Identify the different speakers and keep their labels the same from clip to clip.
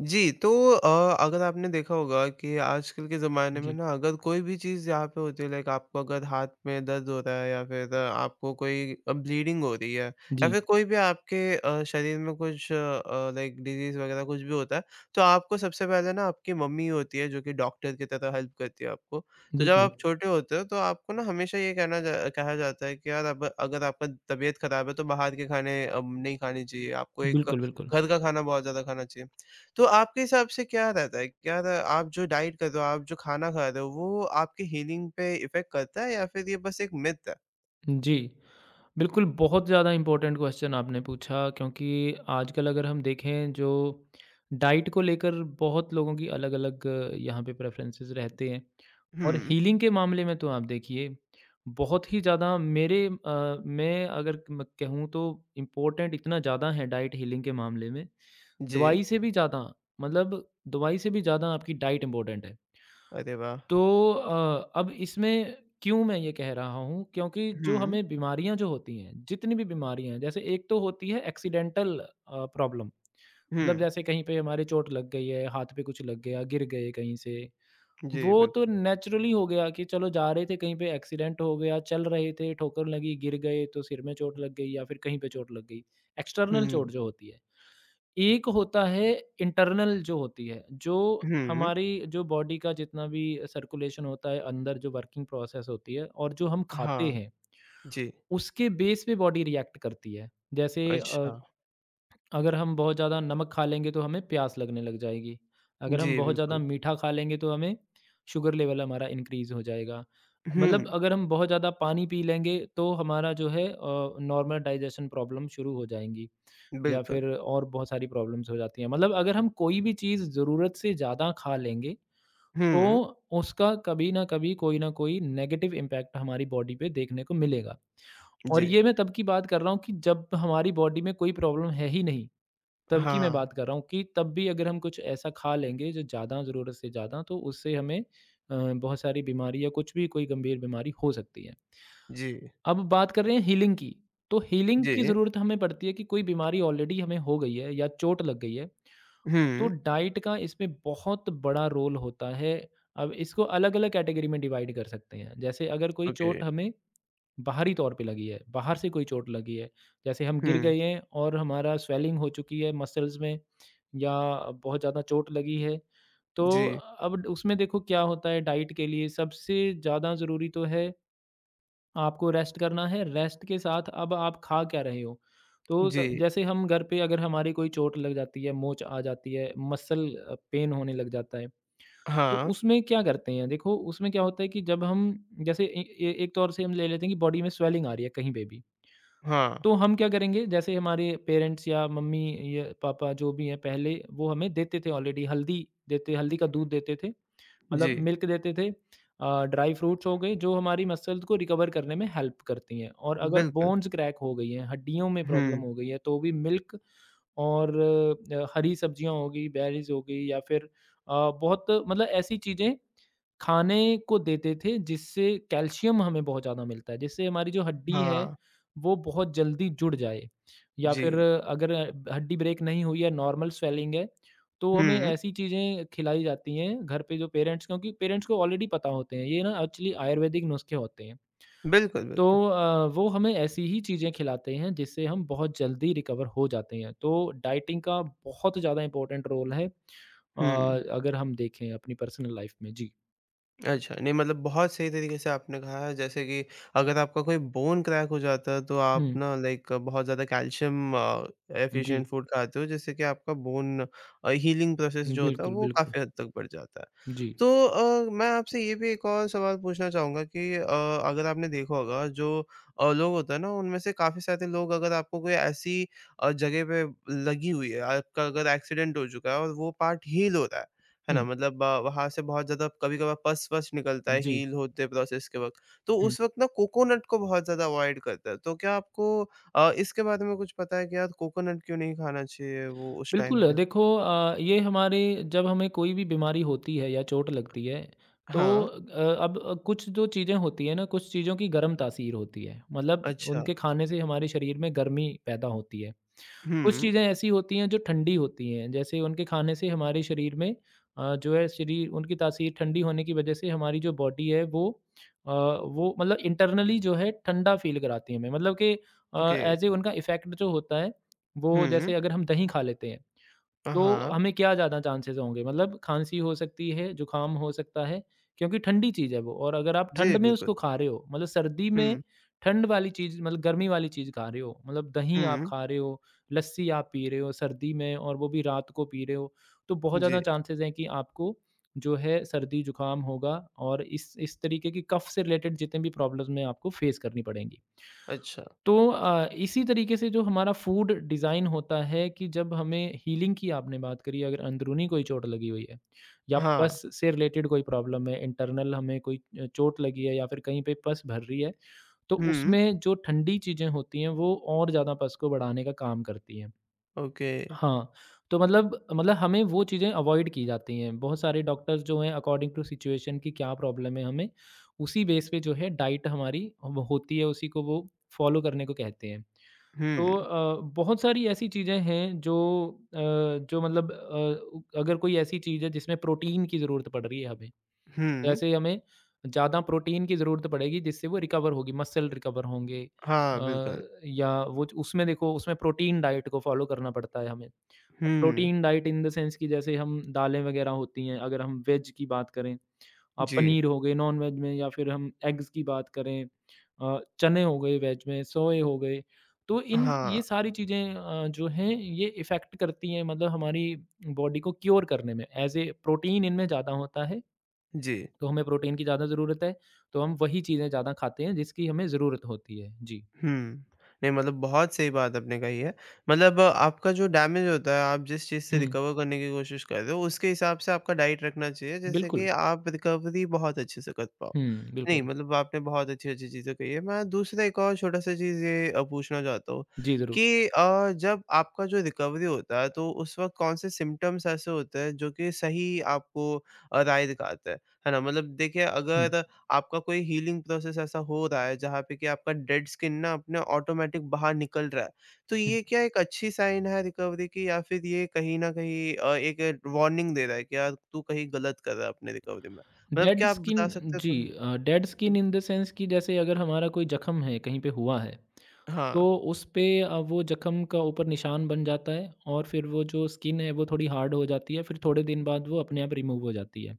Speaker 1: जी, तो अगर आपने देखा होगा कि आजकल के ज़माने में
Speaker 2: जी,
Speaker 1: ना अगर कोई भी चीज़ यहाँ पे होती है लाइक आपको अगर हाथ में दर्द हो रहा है या फिर आपको कोई ब्लीडिंग हो रही है या
Speaker 2: जी।
Speaker 1: फिर कोई भी आपके शरीर में कुछ लाइक डिज़ीज़ वगैरह कुछ भी होता है, तो आपको सबसे पहले ना आपकी मम्मी होती है जो कि डॉक्टर की तरह हेल्प करती है आपको। तो जब
Speaker 2: बिल्कुल,
Speaker 1: आप छोटे होते हो तो आपको ना हमेशा ये कहना जा कहा जाता है कि यार अब अगर आपका तबीयत ख़राब है तो बाहर के खाने नहीं खाने चाहिए, आपको एक
Speaker 2: बिल्कुल, बिल्कुल।
Speaker 1: घर का खाना बहुत ज़्यादा खाना चाहिए। तो आपके हिसाब से क्या रहता है? क्या र आप जो डाइट कर रहे हो, आप जो खाना खा रहे हो, वो आपके हीलिंग पे इफ़ेक्ट करता है या फिर ये बस एक मिथ है?
Speaker 2: जी, बिल्कुल बहुत ज़्यादा इम्पोर्टेंट क्वेश्चन आपने पूछा, क्योंकि आजकल अगर हम देखें, जो डाइट को लेकर बहुत लोगों की अलग-अलग यहाँ पे प्रेफ़रेंसेस रहते हैं। और
Speaker 1: हुँ,
Speaker 2: हीलिंग के मामले में तो आप देखिए, बहुत ही ज़्यादा मैं अगर म कहूँ तो इम्पोर्टेंट इतना ज़्यादा है डाइट हीलिंग के मामले में,
Speaker 1: जी।
Speaker 2: दवाई से भी ज़्यादा। मतलब दवाई से भी ज़्यादा आपकी डाइट इम्पोर्टेंट है।
Speaker 1: अरे वाह!
Speaker 2: तो अब इसमें क्यों मैं ये कह रहा हूँ, क्योंकि जो
Speaker 1: हुँ,
Speaker 2: हमें बीमारियाँ जो होती हैं, जितनी भी बीमारियाँ हैं, जैसे एक तो होती है एक्सीडेंटल प्रॉब्लम।
Speaker 1: हुँ।
Speaker 2: मतलब जैसे कहीं पे हमारे चोट लग गई है, हाथ पे कुछ लग गया, गिर गए कहीं से।
Speaker 1: जी,
Speaker 2: वो तो
Speaker 1: बिल्कुल।
Speaker 2: नेचुरली हो गया कि चलो जा रहे थे कहीं पे, एक्सीडेंट हो गया, चल रहे थे, ठोकर लगी, गिर गए, तो सिर में चोट लग गई या फिर कहीं पे चोट लग गई। एक्सटर्नल
Speaker 1: हुँ,
Speaker 2: चोट जो होती है। एक होता है इंटरनल जो होती है, जो
Speaker 1: हुँ।
Speaker 2: हमारी जो बॉडी का जितना भी सर्कुलेशन होता है, अंदर जो वर्किंग प्रोसेस होती है और जो हम खाते
Speaker 1: हाँ,
Speaker 2: हैं,
Speaker 1: जी।
Speaker 2: उसके बेस पे बॉडी रिएक्ट करती है। जैसे
Speaker 1: अच्छा।
Speaker 2: अगर हम बहुत ज़्यादा नमक खा लेंगे, तो हमें प्यास लगने लग जाएगी। अगर हम
Speaker 1: जी,
Speaker 2: बहुत ज़्यादा
Speaker 1: बिल्कुल।
Speaker 2: मीठा खा लेंगे, तो हमें शुगर लेवल हमारा इंक्रीज़ हो जाएगा। मतलब
Speaker 1: हुँ,
Speaker 2: अगर हम बहुत ज़्यादा पानी पी लेंगे, तो हमारा जो है नॉर्मल डाइजेशन प्रॉब्लम शुरू हो जाएँगी। या
Speaker 1: बिल्कुल।
Speaker 2: फिर और बहुत सारी प्रॉब्लम्स हो जाती हैं। मतलब अगर हम कोई भी चीज़ ज़रूरत से ज़्यादा खा लेंगे, तो
Speaker 1: हुँ,
Speaker 2: उसका कभी न कभी कोई न कोई नेगेटिव इम्पैक्ट हमारी बॉडी पे देखने को मिलेगा। और
Speaker 1: जी।
Speaker 2: ये मैं तब की बात कर रहा हूँ कि जब हमारी बॉडी में कोई प्रॉब्लम है ही नहीं, तब की मैं
Speaker 1: हाँ,
Speaker 2: बात कर रहा हूँ कि तब भी अगर हम कुछ ऐसा खा लेंगे जो ज़्यादा ज़रूरत से ज़्यादा, तो उससे हमें बहुत सारी बीमारी या कुछ भी कोई गंभीर बीमारी हो सकती है।
Speaker 1: जी,
Speaker 2: अब बात कर रहे हैं हीलिंग की, तो हीलिंग की
Speaker 1: जी।
Speaker 2: ज़रूरत हमें पड़ती है कि कोई बीमारी ऑलरेडी हमें हो गई है या चोट लग गई है, तो
Speaker 1: हुँ,
Speaker 2: डाइट का इसमें बहुत बड़ा रोल होता है। अब इसको अलग-अलग कैटेगरी में डिवाइड कर सकते हैं। जैसे अगर कोई
Speaker 1: ओके।
Speaker 2: चोट हमें बाहरी तौर पे लगी है, बाहर से कोई चोट लगी है, जैसे हम गिर
Speaker 1: हुँ,
Speaker 2: गए हैं और हमारा स्वेलिंग हो चुकी है मसल्स में या बहुत ज़्यादा चोट लगी है, तो
Speaker 1: जी,
Speaker 2: अब उसमें देखो क्या होता है, डाइट के लिए सबसे ज़्यादा ज़रूरी तो है आपको रेस्ट करना है। रेस्ट के साथ अब आप खा क्या रहे हो? तो स
Speaker 1: जी।
Speaker 2: जैसे हम घर पे अगर हमारी कोई चोट लग जाती है, मोच आ जाती है, पेन होने लग जाता है, तो
Speaker 1: हाँ,
Speaker 2: उसमें क्या करते हैं? देखो, उसमें क्या होता है कि जब हम जैसे ए ए एक तौर से हम ले लेते हैं कि बॉडी में स्वेलिंग आ रही है कहीं पे भी,
Speaker 1: हाँ,
Speaker 2: तो हम क्या करेंगे? जैसे हमारे पेरेंट्स या मम्मी या पापा जो भी हैं पहले, वो हमें देते थे, ऑलरेडी हल्दी का दूध देते थे।
Speaker 1: जी।
Speaker 2: मतलब मिल्क देते थे, ड्राई फ्रूट्स हो गए, जो हमारी मसल्स को रिकवर करने में हेल्प करती हैं। और अगर
Speaker 1: बिल्कुल।
Speaker 2: बोन्स क्रैक हो गई हैं, हड्डियों में प्रॉब्लम
Speaker 1: हुँ,
Speaker 2: हो गई है, तो भी मिल्क और हरी सब्जियाँ हो गई, बेरीज़ हो गई या फिर अ, बहुत मतलब ऐसी चीज़ें खाने को देते थे जिससे कैल्शियम हमें बहुत ज़्यादा मिलता है, जिससे हमारी जो हड्डी है
Speaker 1: हाँ,
Speaker 2: वो बहुत जल्दी जुड़ जाए। या
Speaker 1: जी।
Speaker 2: फिर अगर हड्डी ब्रेक नहीं हुई है, नॉर्मल स्वेलिंग है, तो हमें
Speaker 1: हुँ।
Speaker 2: ऐसी चीज़ें खिलाई जाती हैं घर पे जो पेरेंट्स, क्योंकि पेरेंट्स को ऑलरेडी पता होते हैं, ये ना एक्चुअली आयुर्वेदिक नुस्खे होते हैं।
Speaker 1: बिल्कुल,
Speaker 2: तो
Speaker 1: बिल्कुल।
Speaker 2: वो हमें ऐसी ही चीज़ें खिलाते हैं जिससे हम बहुत जल्दी रिकवर हो जाते हैं। तो डाइटिंग का बहुत ज़्यादा इम्पोर्टेंट रोल है,
Speaker 1: हुँ।
Speaker 2: अगर हम देखें अपनी पर्सनल लाइफ में। जी।
Speaker 1: अच्छा, नहीं मतलब बहुत सही तरीके से आपने कहा है जैसे कि अगर आपका कोई बोन क्रैक हो जाता है तो आप
Speaker 2: हुँ।
Speaker 1: ना लाइक बहुत ज़्यादा कैल्शियम
Speaker 2: जी।
Speaker 1: एफिशिएंट फूड खाते हो जिससे कि आपका बोन हीलिंग प्रोसेस जो होता है
Speaker 2: बिल्कुल,
Speaker 1: वो
Speaker 2: बिल्कुल।
Speaker 1: काफ़ी हद तक बढ़ जाता है।
Speaker 2: जी।
Speaker 1: तो मैं आपसे ये भी एक और सवाल पूछना चाहूँगा कि अगर आपने देखा होगा जो लोग होते हैं ना उनमें से काफ़ी सारे लोग अगर आपको कोई ऐसी जगह पे लगी हुई है, आपका अगर एक्सीडेंट हो चुका है और वो पार्ट हील हो रहा है ना?
Speaker 2: हुँ।
Speaker 1: मतलब वहाँ से बहुत ज़्यादा कभी-कभार पस-वस निकलता है
Speaker 2: जी।
Speaker 1: हील होते प्रोसेस के वक़्त। तो
Speaker 2: हुँ।
Speaker 1: उस वक़्त ना कोकोनट को बहुत ज़्यादा अवॉइड करता है। तो क्या आपको इसके बारे में कुछ पता है कि यार कोकोनट क्यों नहीं खाना चाहिए वो उस टाइम
Speaker 2: बिल्कुल,
Speaker 1: पे?
Speaker 2: देखो, ये हमारे जब हमें कोई भी बीमारी होती है या चोट लगती है, तो
Speaker 1: हाँ,
Speaker 2: अब कुछ जो चीज़ें होती हैं ना, कुछ चीज़ों की गर्म तासीर होती है। मतलब
Speaker 1: अच्छा।
Speaker 2: उनके खाने से हमारे शरीर में गर्मी पैदा होती है। कुछ
Speaker 1: हुँ,
Speaker 2: चीज़ें ऐसी होती हैं जो ठंडी होती हैं, जैसे उनके खाने से हमारे शरीर में जो है शरीर, उनकी तासीर ठंडी होने की वजह से हमारी जो बॉडी है वो मतलब इंटरनली जो है ठंडा फ़ील कराती है हमें। मतलब कि
Speaker 1: ओके।
Speaker 2: ऐज़ ए उनका इफ़ेक्ट जो होता है, वो
Speaker 1: हुँ,
Speaker 2: जैसे अगर हम दही खा लेते हैं, तो
Speaker 1: हाँ।
Speaker 2: हमें क्या ज़्यादा चांसेज़ होंगे? मतलब खाँसी हो सकती है, जुकाम हो सकता है, क्योंकि ठंडी चीज़ है वो। और अगर आप
Speaker 1: जी,
Speaker 2: ठंड में
Speaker 1: बिल्कुल।
Speaker 2: उसको खा रहे हो, मतलब सर्दी में
Speaker 1: हुँ,
Speaker 2: ठंड वाली चीज़, मतलब गर्मी वाली चीज़ खा रहे हो, मतलब दही आप
Speaker 1: हुँ,
Speaker 2: खा रहे हो, लस्सी आप पी रहे हो सर्दी में और वो भी रात को पी रहे हो, तो बहुत ज़्यादा
Speaker 1: जी।
Speaker 2: चांसेज़ हैं कि आपको जो है सर्दी जुकाम होगा और इस तरीके की कफ से रिलेटेड जितने भी प्रॉब्लम्स हैं आपको फेस करनी पड़ेंगी।
Speaker 1: अच्छा,
Speaker 2: तो इसी तरीके से जो हमारा फूड डिज़ाइन होता है कि जब हमें हीलिंग की आपने बात करी, अगर अंदरूनी कोई चोट लगी हुई है या
Speaker 1: हाँ।
Speaker 2: पस से रिलेटेड कोई प्रॉब्लम है इंटरनल, हमें कोई चोट लगी है या फिर कहीं पे पस भर रही है, तो
Speaker 1: हुँ,
Speaker 2: उसमें जो ठंडी चीज़ें होती हैं वो और ज़्यादा पस को बढ़ाने का काम करती हैं।
Speaker 1: ओके।
Speaker 2: हाँ, तो मतलब हमें वो चीज़ें अवॉइड की जाती हैं। बहुत सारे डॉक्टर्स जो हैं अकॉर्डिंग टू सिचुएशन कि क्या प्रॉब्लम है हमें, उसी बेस पे जो है डाइट हमारी वो होती है, उसी को वो फॉलो करने को कहते हैं। तो
Speaker 1: हुँ,
Speaker 2: बहुत सारी ऐसी चीज़ें हैं जो अ, जो मतलब अ, अगर कोई ऐसी चीज़ है जिसमें प्रोटीन की ज़रूरत पड़ रही है हमें,
Speaker 1: हुँ।
Speaker 2: जैसे हमें ज़्यादा प्रोटीन की ज़रूरत पड़ेगी जिससे वो रिकवर होगी, मसल रिकवर होंगे,
Speaker 1: हाँ, बिल्कुल।
Speaker 2: या वो उसमें, देखो, उसमें प्रोटीन डाइट को फॉलो करना पड़ता है हमें।
Speaker 1: हुँ,
Speaker 2: protein diet in the sense कि जैसे हम दालें वगैरह होती हैं, अगर हम वेज की बात करें,
Speaker 1: जी।
Speaker 2: पनीर हो गए, नॉन-वेज में या फिर हम एग्स की बात करें, चने हो गए वेज में, सोए हो गए। तो इन
Speaker 1: हाँ,
Speaker 2: ये सारी चीज़ें जो हैं, ये इफ़ेक्ट करती हैं, मतलब हमारी बॉडी को क्योर करने में, एज़ ए प्रोटीन इनमें ज़्यादा होता है,
Speaker 1: जी।
Speaker 2: तो हमें प्रोटीन की ज़्यादा ज़रूरत है, तो हम वही चीज़ें ज़्यादा खाते हैं जिसकी हमें ज़रूरत होती है। जी।
Speaker 1: हुँ। नहीं मतलब बहुत सही बात आपने कही है। मतलब आपका जो डैमेज होता है, आप जिस चीज़ से
Speaker 2: हुँ,
Speaker 1: रिकवर करने की कोशिश कर रहे हो, उसके हिसाब से आपका डाइट रखना चाहिए, जिससे कि
Speaker 2: बिल्कुल।
Speaker 1: आप रिकवरी बहुत अच्छे से कर पाओ।
Speaker 2: हुँ,
Speaker 1: नहीं
Speaker 2: बिल्कुल।
Speaker 1: मतलब आपने बहुत अच्छी-अच्छी चीज़ें कही है। मैं दूसरा एक और छोटा-सा चीज़ ये पूछना चाहता हूँ
Speaker 2: जी, ज़रूर।
Speaker 1: कि जब आपका जो रिकवरी होता है, तो उस वक़्त कौन से सिम्पटम्स ऐसे होते हैं, जो कि सही आपको राय दिखाते हैं? है ना? मतलब देखिए
Speaker 2: हुँ, हुँ।
Speaker 1: अगर आपका कोई हीलिंग प्रोसेस ऐसा हो रहा है जहाँ पे कि आपका डेड स्किन ना अपने ऑटोमेटिक बाहर निकल रहा है। तो ये क्या एक अच्छी साइन है रिकवरी की या फिर ये कहीं न कहीं एक वार्निंग दे रहा है कि यार तू कहीं गलत कर रहा है अपने रिकवरी में? मतलब
Speaker 2: डेड
Speaker 1: क्या आप
Speaker 2: स्किन।
Speaker 1: बता सकते हैं
Speaker 2: जी,
Speaker 1: थोड़ा?
Speaker 2: डेड स्किन
Speaker 1: हुँ।
Speaker 2: इन द सेंस कि जैसे अगर हमारा कोई जख्म है, कहीं पे हुआ है,
Speaker 1: हाँ,
Speaker 2: तो उस पे वो जख्म का ऊपर निशान बन जाता है और फिर वो जो स्किन है, वो थोड़ी हार्ड हो जाती है, फिर थोड़े दिन बाद वो अपने आप रिमूव हो जाती है।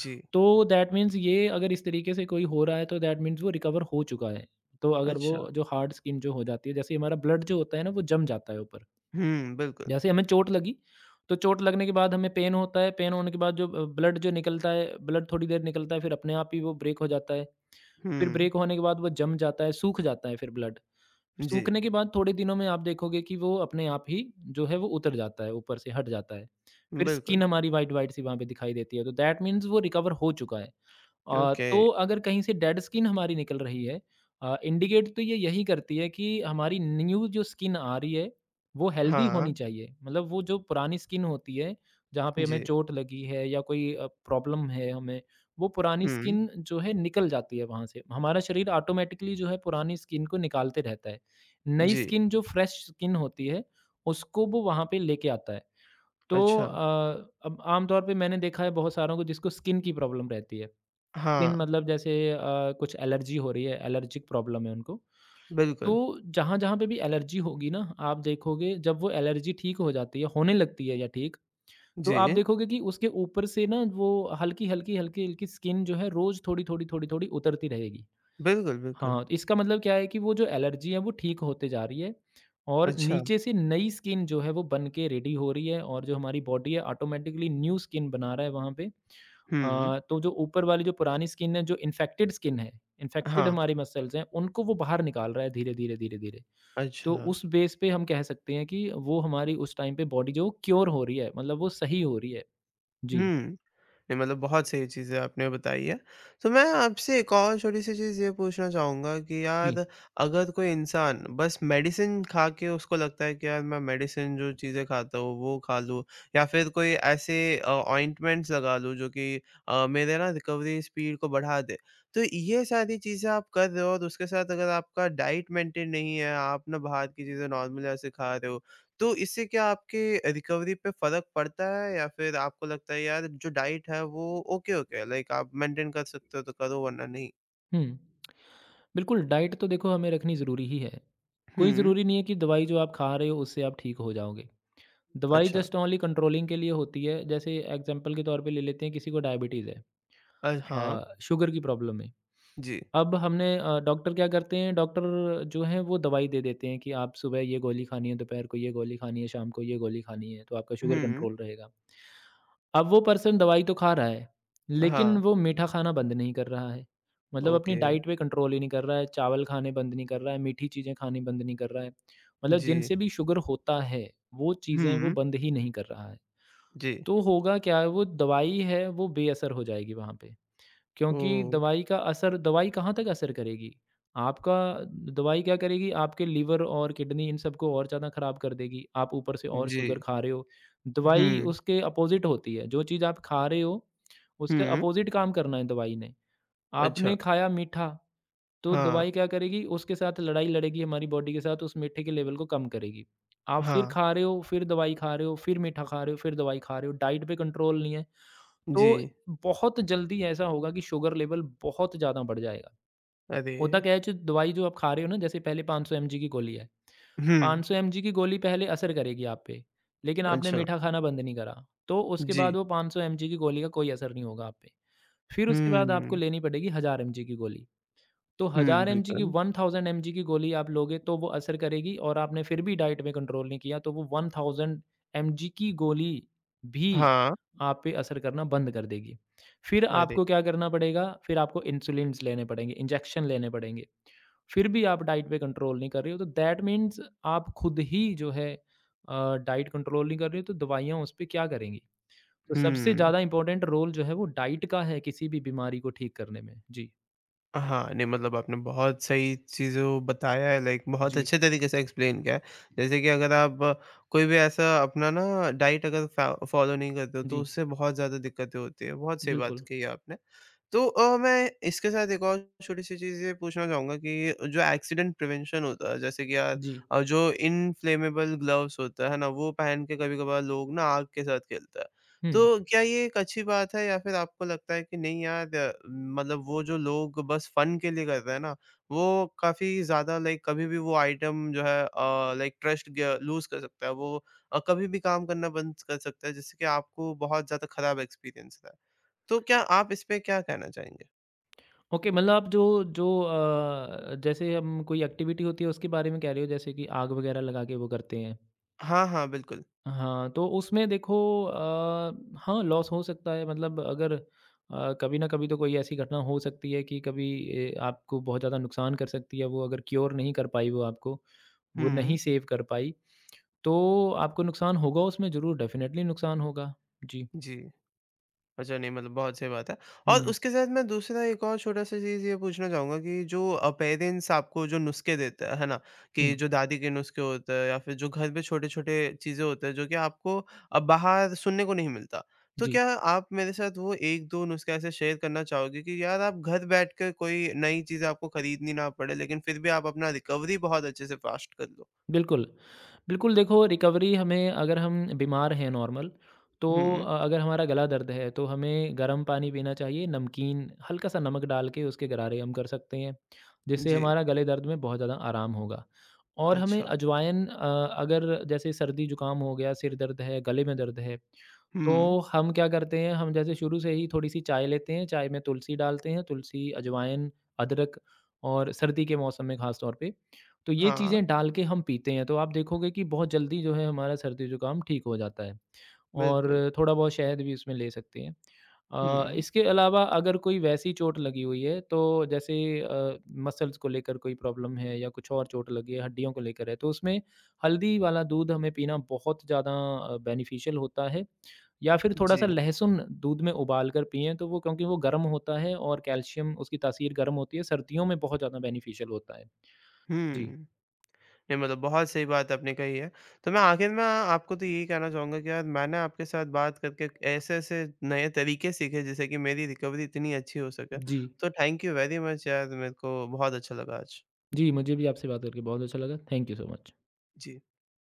Speaker 1: जी।
Speaker 2: तो दैट मीन्स ये अगर इस तरीके से कोई हो रहा है, तो दैट मीन्स वो रिकवर हो चुका है। तो अगर वो
Speaker 1: अच्छा।
Speaker 2: जो हार्ड स्किन जो हो जाती है, जैसे हमारा ब्लड जो होता है ना, वो जम जाता है ऊपर।
Speaker 1: हुँ, बिल्कुल।
Speaker 2: जैसे हमें चोट लगी, तो चोट लगने के बाद हमें पेन होता है, पेन होने के बाद जो ब्लड जो निकलता है, ब्लड थोड़ी देर निकलता है, फिर अपने आप ही वो ब्रेक हो जाता है। फिर
Speaker 1: हुँ,
Speaker 2: ब्रेक होने के बाद वो जम जाता है, सूख जाता है फिर ब्लड।
Speaker 1: जी।
Speaker 2: सूखने के बाद थोड़े दिनों में आप देखोगे कि वो अपने आप ही जो है वो उतर जाता है, ऊपर से हट जाता है। फिर
Speaker 1: बिल्कुल।
Speaker 2: स्किन हमारी व्हाइट-व्हाइट सी वहाँ पे दिखाई देती है, तो दैट मीन्स वो रिकवर हो चुका है।
Speaker 1: ओके।
Speaker 2: तो अगर कहीं से डेड स्किन हमारी निकल रही है, इंडिकेट तो ये यही करती है कि हमारी न्यू जो स्किन आ रही है वो हेल्दी
Speaker 1: हाँ,
Speaker 2: होनी चाहिए, मतलब वो जो पुरानी स्किन होती है जहाँ पे हमें
Speaker 1: जी।
Speaker 2: चोट लगी है या कोई प्रॉब्लम है हमें, वो पुरानी
Speaker 1: हुँ,
Speaker 2: स्किन जो है निकल जाती है वहाँ से, हमारा शरीर ऑटोमेटिकली जो है पुरानी स्किन को निकालते रहता है, नई
Speaker 1: जी।
Speaker 2: स्किन जो फ्रेश स्किन होती है उसको वो वहाँ पे लेके आता है। तो
Speaker 1: अच्छा।
Speaker 2: अब आमतौर पे मैंने देखा है बहुत सारों को जिसको स्किन की प्रॉब्लम रहती है, स्किन
Speaker 1: हाँ,
Speaker 2: मतलब जैसे कुछ एलर्जी हो रही है, एलर्जिक प्रॉब्लम है उनको, तो
Speaker 1: बिल्कुल।
Speaker 2: जहाँ-जहाँ पे भी एलर्जी होगी ना, आप देखोगे, जब वो एलर्जी ठीक हो जाती है, होने लगती है या ठीक, तो आप
Speaker 1: जी।
Speaker 2: देखोगे कि उसके ऊपर से ना वो हल्की-हल्की, हल्की-हल्की स्किन जो है रोज़ थोड़ी-थोड़ी, थोड़ी-थोड़ी उतरती रहेगी।
Speaker 1: बिल्कुल, बिल्कुल।
Speaker 2: हाँ, तो इसका मतलब क्या है कि वो जो एलर्जी है वो ठीक होते जा रही है और
Speaker 1: अच्छा।
Speaker 2: नीचे से नई स्किन जो है वो बन के रेडी हो रही है और जो हमारी बॉडी है ऑटोमेटिकली न्यू स्किन बना रहा है वहाँ पे।
Speaker 1: हुँ,
Speaker 2: तो जो ऊपर वाली जो पुरानी स्किन है, जो इन्फेक्टेड स्किन है, इन्फेक्टेड
Speaker 1: हाँ।
Speaker 2: हमारी मसल्स हैं, उनको वो बाहर निकाल रहा है धीरे-धीरे, धीरे-धीरे। तो
Speaker 1: अच्छा,
Speaker 2: उस बेस पे हम कह सकते हैं कि वो हमारी उस टाइम पे बॉडी जो क्योर हो रही है, मतलब वो सही हो रही है। जी।
Speaker 1: हुँ। नहीं मतलब बहुत सही चीज़ें आपने बताई हैं। तो मैं आपसे एक और छोटी-सी चीज़ ये पूछना चाहूँगा कि
Speaker 2: जी।
Speaker 1: यार अगर कोई इंसान बस मेडिसिन खा के उसको लगता है कि यार मैं मेडिसिन जो चीज़ें खाता हूँ वो खा लूँ या फिर कोई ऐसे ऑइंटमेंट्स लगा लूँ जो कि मेरे ना रिकवरी स्पीड को बढ़ा दे। तो ये सारी चीज़ें आप कर रहे हो और उसके साथ अगर आपका डाइट मेंटेन नहीं है, आप ना बाहर की चीज़ें नॉर्मल ऐसे खा रहे हो तो इससे क्या आपके रिकवरी पे फ़र्क पड़ता है या फिर आपको लगता है यार जो डाइट है वो ओके-ओके है लाइक आप मेंटेन कर सकते हो तो करो वरना नहीं?
Speaker 2: हुँ। बिल्कुल, डाइट तो देखो हमें रखनी ज़रूरी ही है।
Speaker 1: हुँ।
Speaker 2: कोई ज़रूरी नहीं है कि दवाई जो आप खा रहे हो उससे आप ठीक हो जाओगे। दवाई
Speaker 1: अच्छा।
Speaker 2: जस्ट ओनली कंट्रोलिंग के लिए होती है। जैसे एग्ज़ाम्पल के तौर पे ले लेते हैं, किसी को डायबिटीज़ है,
Speaker 1: हाँ।
Speaker 2: शुगर की प्रॉब्लम है।
Speaker 1: जी।
Speaker 2: अब हमने डॉक्टर क्या करते हैं, डॉक्टर जो हैं वो दवाई दे देते हैं कि आप सुबह ये गोली खानी है, दोपहर को ये गोली खानी है, शाम को ये गोली खानी है, तो आपका शुगर
Speaker 1: हुँ।
Speaker 2: कंट्रोल रहेगा। अब वो पर्सन दवाई तो खा रहा है, लेकिन
Speaker 1: हाँ।
Speaker 2: वो मीठा खाना बंद नहीं कर रहा है। मतलब अपनी
Speaker 1: ओके।
Speaker 2: डाइट पे कंट्रोल ही नहीं कर रहा है, चावल खाने बंद नहीं कर रहा है, मीठी चीज़ें खानी बंद नहीं कर रहा है। मतलब
Speaker 1: जी।
Speaker 2: जिनसे भी शुगर होता है वो चीज़ें वो
Speaker 1: हुँ।
Speaker 2: बंद ही नहीं कर रहा है।
Speaker 1: जी।
Speaker 2: तो होगा क्या, वो दवाई है वो बेअसर हो जाएगी वहाँ पे, क्योंकि
Speaker 1: ओह!
Speaker 2: दवाई का असर, दवाई कहाँ तक असर करेगी? आपका दवाई क्या करेगी? आपके लिवर और किडनी इन सबको और ज़्यादा खराब कर देगी। आप ऊपर से और
Speaker 1: जी।
Speaker 2: शुगर खा रहे हो। दवाई
Speaker 1: हुँ,
Speaker 2: उसके अपोज़िट होती है। जो चीज़ आप खा रहे हो, उसके
Speaker 1: हुँ।
Speaker 2: अपोज़िट काम करना है दवाई ने।
Speaker 1: अच्छा।
Speaker 2: आपने खाया मीठा, तो
Speaker 1: हाँ,
Speaker 2: दवाई क्या करेगी? उसके साथ लड़ाई लड़ेगी हमारी बॉडी के साथ, उस मीठे के लेवल को कम करेगी। आप फिर
Speaker 1: हाँ।
Speaker 2: खा रहे हो, फिर दवाई खा रहे हो, फिर मीठा खा रहे हो, फिर दवाई खा रहे हो। डाइट पे कंट्रोल नहीं है। तो
Speaker 1: जी।
Speaker 2: बहुत जल्दी ऐसा होगा कि शुगर लेवल बहुत ज़्यादा बढ़ जाएगा।
Speaker 1: अरे!
Speaker 2: होता क्या है, जो दवाई जो आप खा रहे हो ना, जैसे पहले 500 एमजी की गोली है।
Speaker 1: हुँ।
Speaker 2: 500 एमजी की गोली पहले असर करेगी आप पे, लेकिन आपने
Speaker 1: अच्छा।
Speaker 2: मीठा खाना बंद नहीं करा, तो उसके
Speaker 1: जी।
Speaker 2: बाद वो 500 एमजी की गोली का कोई असर नहीं होगा आप पे। फिर उसके बाद आपको
Speaker 1: हुँ,
Speaker 2: लेनी पड़ेगी 1000 एमजी की गोली। तो
Speaker 1: हुँ।
Speaker 2: 1000 एमजी की
Speaker 1: बिल्कुल।
Speaker 2: 1000 एमजी की गोली आप लोगे तो वो असर करेगी, और आपने फिर भी डाइट में कंट्रोल नहीं किया तो वो 1000 एमजी की गोली भी
Speaker 1: हाँ।
Speaker 2: आप पे असर करना बंद कर देगी। फिर
Speaker 1: अरे!
Speaker 2: आपको क्या करना पड़ेगा, फिर आपको इंसुलिन्स लेने पड़ेंगे, इंजेक्शन लेने पड़ेंगे। फिर भी आप डाइट पे कंट्रोल नहीं कर रहे हो, तो दैट मीन्स आप खुद ही जो है डाइट कंट्रोल नहीं कर रहे हो, तो दवाइयाँ उस पे क्या करेंगी? तो सबसे
Speaker 1: हुँ।
Speaker 2: ज़्यादा इम्पोर्टेंट रोल जो है वो डाइट का है किसी भी बीमारी को ठीक करने में। जी।
Speaker 1: हाँ, नहीं मतलब आपने बहुत सही चीज़ें बताया है लाइक बहुत
Speaker 2: जी।
Speaker 1: अच्छे तरीके से एक्सप्लेन किया है। जैसे कि अगर आप कोई भी ऐसा अपना ना डाइट अगर फ़ा फ़ॉलो नहीं करते हो तो
Speaker 2: जी,
Speaker 1: उससे बहुत ज़्यादा दिक्कतें होती हैं। बहुत सही बात
Speaker 2: बिल्कुल।
Speaker 1: कही आपने। तो मैं इसके साथ एक और छोटी-सी चीज़ ये पूछना चाहूँगा कि जो एक्सीडेंट प्रिवेंशन होता है जैसे कि यार
Speaker 2: जी।
Speaker 1: जो इनफ्लेमेबल ग्लव्स होता है ना, वो पहन के कभी-कभार लोग ना आग के साथ खेलता है। तो
Speaker 2: हुँ।
Speaker 1: क्या ये एक अच्छी बात है या फिर आपको लगता है कि नहीं यार मतलब वो जो लोग बस फन के लिए करते हैं ना, वो काफ़ी ज़्यादा लाइक कभी भी वो आइटम जो है लाइक ट्रस्ट ग लूज़ कर सकता है। वो कभी भी काम करना बंद कर सकता है जिससे कि आपको बहुत ज़्यादा खराब एक्सपीरियंस रहा है। तो क्या आप इस पे क्या कहना चाहेंगे?
Speaker 2: ओके, मतलब आप जो जो अ, जैसे हम, कोई एक्टिविटी होती है उसके बारे में कह रहे हो, जैसे कि आग वगैरह लगा के वो करते हैं।
Speaker 1: हाँ, हाँ, बिल्कुल।
Speaker 2: हाँ, तो उसमें देखो हाँ, लॉस हो सकता है, मतलब अगर कभी ना कभी तो कोई ऐसी घटना हो सकती है कि कभी आपको बहुत ज़्यादा नुकसान कर सकती है वो, अगर क्योर नहीं कर पाई वो आपको, वो
Speaker 1: हुँ,
Speaker 2: नहीं सेव कर पाई, तो आपको नुकसान होगा उसमें, ज़रूर डेफ़िनेटली नुकसान होगा। जी।
Speaker 1: जी। अच्छा, नहीं मतलब बहुत सही बात है। और
Speaker 2: हुँ।
Speaker 1: उसके साथ मैं दूसरा एक और छोटा-सा चीज़ ये पूछना चाहूँगा कि जो पेरेंट्स आपको जो नुस्खे देते हैं, है ना? कि
Speaker 2: हुँ।
Speaker 1: जो दादी के नुस्खे होते हैं या फिर जो घर पे छोटे-छोटे चीज़ें होते हैं जो कि आपको बाहर सुनने को नहीं मिलता। तो
Speaker 2: जी।
Speaker 1: क्या आप मेरे साथ वो 1-2 नुस्खे ऐसे शेयर करना चाहोगे कि यार आप घर बैठकर कोई नई चीज़ें आपको खरीदनी ना पड़े लेकिन फिर भी आप अपना रिकवरी बहुत अच्छे से फ़ास्ट कर लो?
Speaker 2: बिल्कुल। बिल्कुल, देखो रिकवरी हमें, अगर हम बीमार हैं नॉर्मल, तो
Speaker 1: हुँ,
Speaker 2: अगर हमारा गला दर्द है, तो हमें गर्म पानी पीना चाहिए, नमकीन, हल्का-सा नमक डाल के उसके गरारे हम कर सकते हैं, जिससे
Speaker 1: जी,
Speaker 2: हमारा गले दर्द में बहुत ज़्यादा आराम होगा। और हमें
Speaker 1: अच्छा।
Speaker 2: अजवाइन अगर जैसे सर्दी-जुकाम हो गया, सिर दर्द है, गले में दर्द है, तो
Speaker 1: हुँ,
Speaker 2: हम क्या करते हैं, हम जैसे शुरू से ही थोड़ी-सी चाय लेते हैं, चाय में तुलसी डालते हैं, तुलसी, अजवाइन, अदरक और सर्दी के मौसम में ख़ास तौर पे, तो ये
Speaker 1: हाँ,
Speaker 2: चीज़ें डाल के हम पीते हैं, तो आप देखोगे कि बहुत जल्दी जो है हमारा सर्दी-जुकाम ठीक हो जाता है।
Speaker 1: बिल्कुल।
Speaker 2: और थोड़ा बहुत शहद भी इसमें ले सकते हैं।
Speaker 1: हुँ,
Speaker 2: इसके अलावा अगर कोई वैसी चोट लगी हुई है, तो जैसे मसल्स को लेकर कोई प्रॉब्लम है या कुछ और चोट लगी है, हड्डियों को लेकर है, तो उसमें हल्दी वाला दूध हमें पीना बहुत ज़्यादा बेनिफिशियल होता है, या फिर थोड़ा-सा
Speaker 1: जी,
Speaker 2: लहसुन दूध में उबाल कर पिएँ, तो वो, क्योंकि वो गर्म होता है और कैल्शियम उसकी तासीर गर्म होती है, सर्दियों में बहुत ज़्यादा बेनिफिशियल होता है। जी।
Speaker 1: हुँ। नहीं मतलब बहुत सही बात आपने कही है। तो मैं आखिर में आपको तो यही कहना चाहूँगा कि यार मैंने आपके साथ बात करके ऐसे-ऐसे नए तरीके सीखे जिससे कि मेरी रिकवरी इतनी अच्छी हो सके।
Speaker 2: जी,
Speaker 1: तो थैंक यू वेरी मच यार मेरे को बहुत अच्छा लगा आज।
Speaker 2: जी, मुझे भी आपसे बात करके बहुत अच्छा लगा। Thank you so much.
Speaker 1: Ji.